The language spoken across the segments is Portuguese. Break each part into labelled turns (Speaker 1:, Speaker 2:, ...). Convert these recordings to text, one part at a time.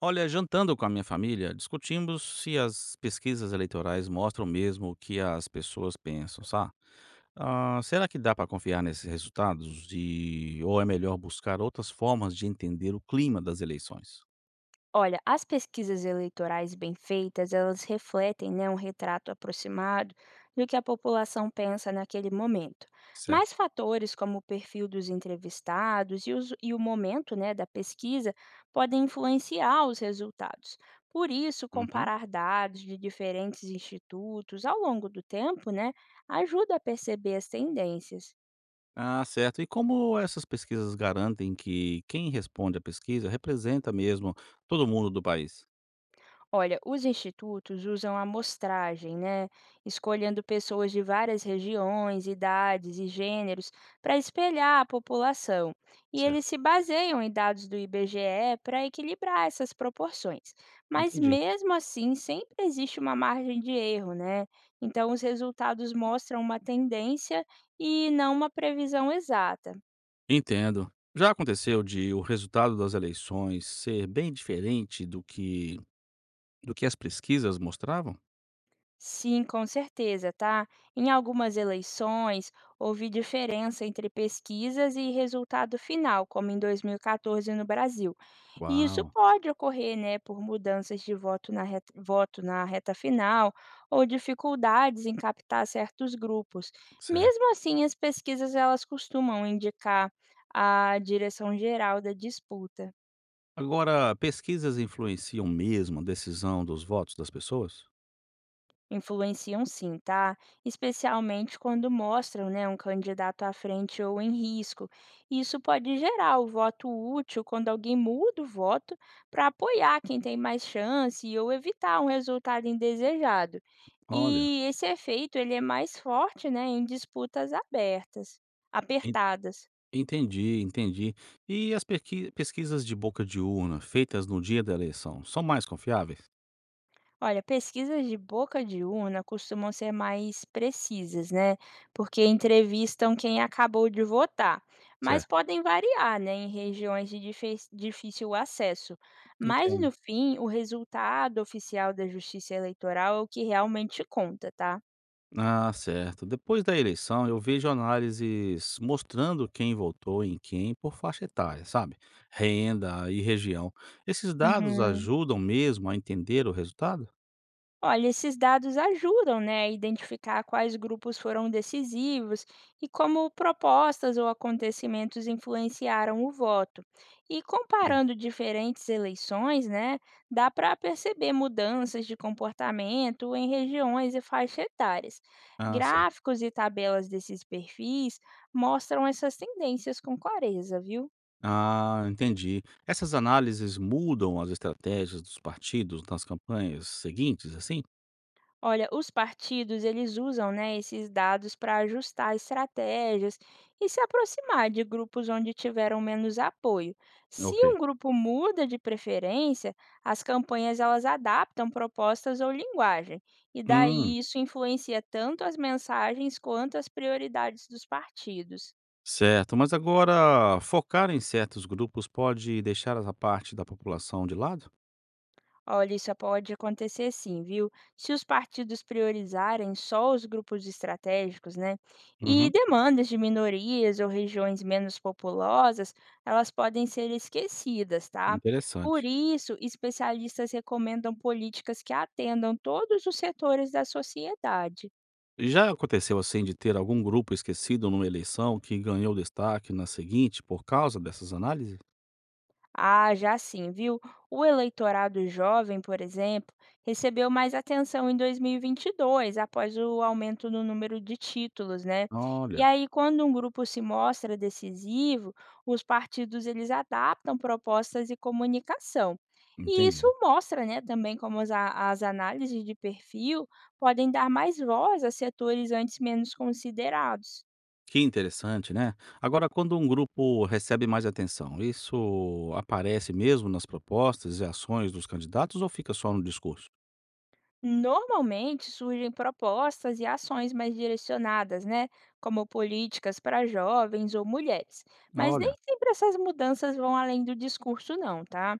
Speaker 1: Olha, jantando com a minha família, discutimos se as pesquisas eleitorais mostram mesmo o que as pessoas pensam, sabe? Ah, será que dá para confiar nesses resultados? E, ou é melhor buscar outras formas de entender o clima das eleições?
Speaker 2: Olha, as pesquisas eleitorais bem feitas, elas refletem, né, um retrato aproximado do que a população pensa naquele momento.
Speaker 1: Certo.
Speaker 2: Mas fatores como o perfil dos entrevistados e, e o momento, né, da pesquisa podem influenciar os resultados. Por isso,
Speaker 1: Uhum.
Speaker 2: comparar dados de diferentes institutos ao longo do tempo, né, ajuda a perceber as tendências.
Speaker 1: Ah, certo. E como essas pesquisas garantem que quem responde à pesquisa representa mesmo todo mundo do país?
Speaker 2: Olha, os institutos usam amostragem, né? Escolhendo pessoas de várias regiões, idades e gêneros para espelhar a população. E
Speaker 1: Certo.
Speaker 2: eles se baseiam em dados do IBGE para equilibrar essas proporções. Mas
Speaker 1: Entendi.
Speaker 2: mesmo assim, sempre existe uma margem de erro, né? Então, os resultados mostram uma tendência e não uma previsão exata.
Speaker 1: Entendo. Já aconteceu de o resultado das eleições ser bem diferente do que as pesquisas mostravam?
Speaker 2: Sim, com certeza, tá? Em algumas eleições, houve diferença entre pesquisas e resultado final, como em 2014 no Brasil. E isso
Speaker 1: Uau,
Speaker 2: pode ocorrer, né, por mudanças de voto na reta final ou dificuldades em captar certos grupos. Mesmo
Speaker 1: certo.
Speaker 2: assim, as pesquisas elas costumam indicar a direção geral da disputa.
Speaker 1: Agora, pesquisas influenciam mesmo a decisão dos votos das pessoas?
Speaker 2: Influenciam sim, tá? Especialmente quando mostram, né, um candidato à frente ou em risco. Isso pode gerar o voto útil quando alguém muda o voto para apoiar quem tem mais chance ou evitar um resultado indesejado.
Speaker 1: Olha,
Speaker 2: E esse efeito ele é mais forte, né, em disputas abertas,
Speaker 1: en
Speaker 2: apertadas.
Speaker 1: entendi, entendi. E as perqui pesquisas de boca de urna, feitas no dia da eleição, são mais confiáveis?
Speaker 2: Olha, pesquisas de boca de urna costumam ser mais precisas, né? Porque entrevistam quem acabou de votar, mas
Speaker 1: Certo,
Speaker 2: podem variar, né, em regiões de difícil acesso. Mas no
Speaker 1: entendo.
Speaker 2: fim, o resultado oficial da Justiça Eleitoral é o que realmente conta, tá?
Speaker 1: Ah, certo. Depois da eleição, eu vejo análises mostrando quem votou em quem por faixa etária, sabe? Renda e região. Esses dados
Speaker 2: Uhum.
Speaker 1: ajudam mesmo a entender o resultado?
Speaker 2: Olha, esses dados ajudam, né, a identificar quais grupos foram decisivos e como propostas ou acontecimentos influenciaram o voto. E
Speaker 1: Hum.
Speaker 2: comparando diferentes eleições, né, dá para perceber mudanças de comportamento em regiões e faixas etárias.
Speaker 1: Ah, certo.
Speaker 2: Gráficos e tabelas desses perfis mostram essas tendências com clareza, viu?
Speaker 1: Ah, entendi. Essas análises mudam as estratégias dos partidos nas campanhas seguintes, assim?
Speaker 2: Olha, os partidos eles usam, né, esses dados para ajustar estratégias e se aproximar de grupos onde tiveram menos apoio. Se
Speaker 1: Ok.
Speaker 2: um grupo muda de preferência, as campanhas elas adaptam propostas ou linguagem, e
Speaker 1: Hum,
Speaker 2: daí isso influencia tanto as mensagens quanto as prioridades dos partidos.
Speaker 1: certo. Mas agora, focar em certos grupos pode deixar essa parte da população de lado?
Speaker 2: Olha, isso pode acontecer sim, viu? Se os partidos priorizarem só os grupos estratégicos, né? E
Speaker 1: Uhum,
Speaker 2: demandas de minorias ou regiões menos populosas, elas podem ser esquecidas, tá? Por
Speaker 1: interessante.
Speaker 2: isso, especialistas recomendam políticas que atendam todos os setores da sociedade.
Speaker 1: Já aconteceu assim de ter algum grupo esquecido numa eleição que ganhou destaque na seguinte por causa dessas análises?
Speaker 2: Ah, já sim, viu? O eleitorado jovem, por exemplo, recebeu mais atenção em 2022, após o aumento no número de títulos, né? E
Speaker 1: Olha,
Speaker 2: aí, quando um grupo se mostra decisivo, os partidos eles adaptam propostas e comunicação. E isso
Speaker 1: entendi.
Speaker 2: mostra, né, também como as análises de perfil podem dar mais voz a setores antes menos considerados.
Speaker 1: Que interessante, né? Agora, quando um grupo recebe mais atenção, isso aparece mesmo nas propostas e ações dos candidatos ou fica só no discurso?
Speaker 2: Normalmente surgem propostas e ações mais direcionadas, né? Como políticas para jovens ou mulheres. Mas nem
Speaker 1: Olha,
Speaker 2: sempre essas mudanças vão além do discurso, não, tá?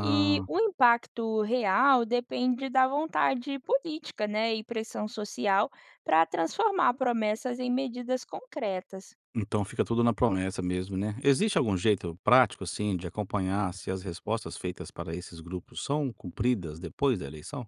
Speaker 2: E o impacto real depende da vontade política, né? E pressão social para transformar promessas em medidas concretas.
Speaker 1: então fica tudo na promessa mesmo, né? Existe algum jeito prático, assim, de acompanhar se as respostas feitas para esses grupos são cumpridas depois da eleição?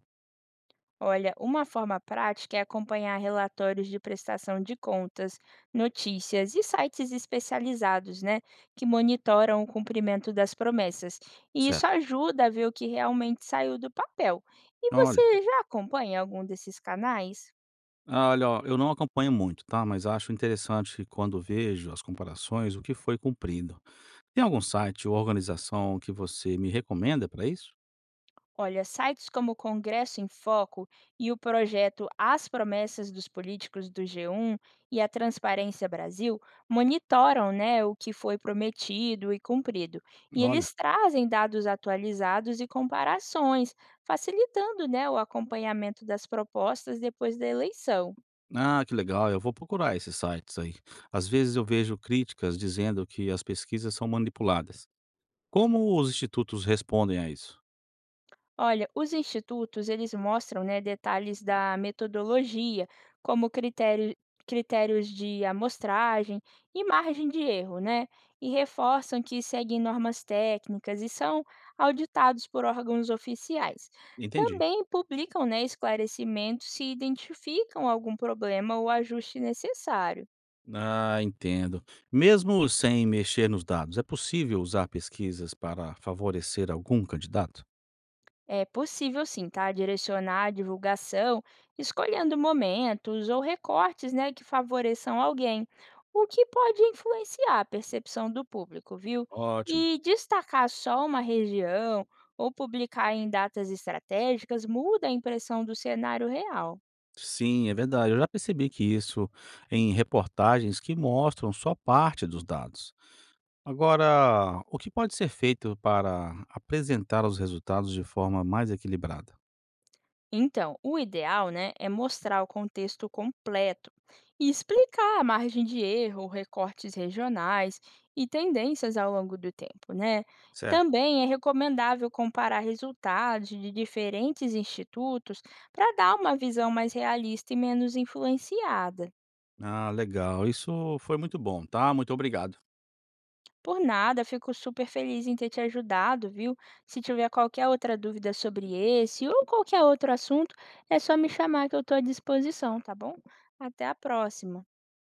Speaker 2: Olha, uma forma prática é acompanhar relatórios de prestação de contas, notícias e sites especializados, né, que monitoram o cumprimento das promessas. E isso
Speaker 1: Certo.
Speaker 2: ajuda a ver o que realmente saiu do papel. E
Speaker 1: Olha,
Speaker 2: você já acompanha algum desses canais?
Speaker 1: ah, olha, ó, eu não acompanho muito, tá? Mas acho interessante quando vejo as comparações, o que foi cumprido. Tem algum site ou organização que você me recomenda para isso?
Speaker 2: Olha, sites como o Congresso em Foco e o projeto As Promessas dos Políticos do G1 e a Transparência Brasil monitoram, né, o que foi prometido e cumprido. E
Speaker 1: Olha,
Speaker 2: eles trazem dados atualizados e comparações, facilitando, né, o acompanhamento das propostas depois da eleição.
Speaker 1: ah, que legal, eu vou procurar esses sites aí. Às vezes eu vejo críticas dizendo que as pesquisas são manipuladas. Como os institutos respondem a isso?
Speaker 2: Olha, os institutos, eles mostram, né, detalhes da metodologia, como critérios de amostragem e margem de erro, né? E reforçam que seguem normas técnicas e são auditados por órgãos oficiais.
Speaker 1: Entendi.
Speaker 2: Também publicam, né, esclarecimentos se identificam algum problema ou ajuste necessário.
Speaker 1: Ah, entendo. Mesmo sem mexer nos dados, é possível usar pesquisas para favorecer algum candidato?
Speaker 2: É possível sim, tá? Direcionar a divulgação, escolhendo momentos ou recortes, né, que favoreçam alguém, o que pode influenciar a percepção do público, viu?
Speaker 1: Ótimo.
Speaker 2: E destacar só uma região ou publicar em datas estratégicas muda a impressão do cenário real.
Speaker 1: Sim, é verdade. Eu já percebi que isso em reportagens que mostram só parte dos dados. Agora, o que pode ser feito para apresentar os resultados de forma mais equilibrada?
Speaker 2: Então, o ideal, né, é mostrar o contexto completo e explicar a margem de erro, recortes regionais e tendências ao longo do tempo, né?
Speaker 1: Certo.
Speaker 2: Também é recomendável comparar resultados de diferentes institutos para dar uma visão mais realista e menos influenciada.
Speaker 1: Ah, legal. Isso foi muito bom, tá? Muito obrigado.
Speaker 2: Por nada, fico super feliz em ter te ajudado, viu? Se tiver qualquer outra dúvida sobre esse ou qualquer outro assunto, é só me chamar que eu estou à disposição, tá bom? Até a próxima.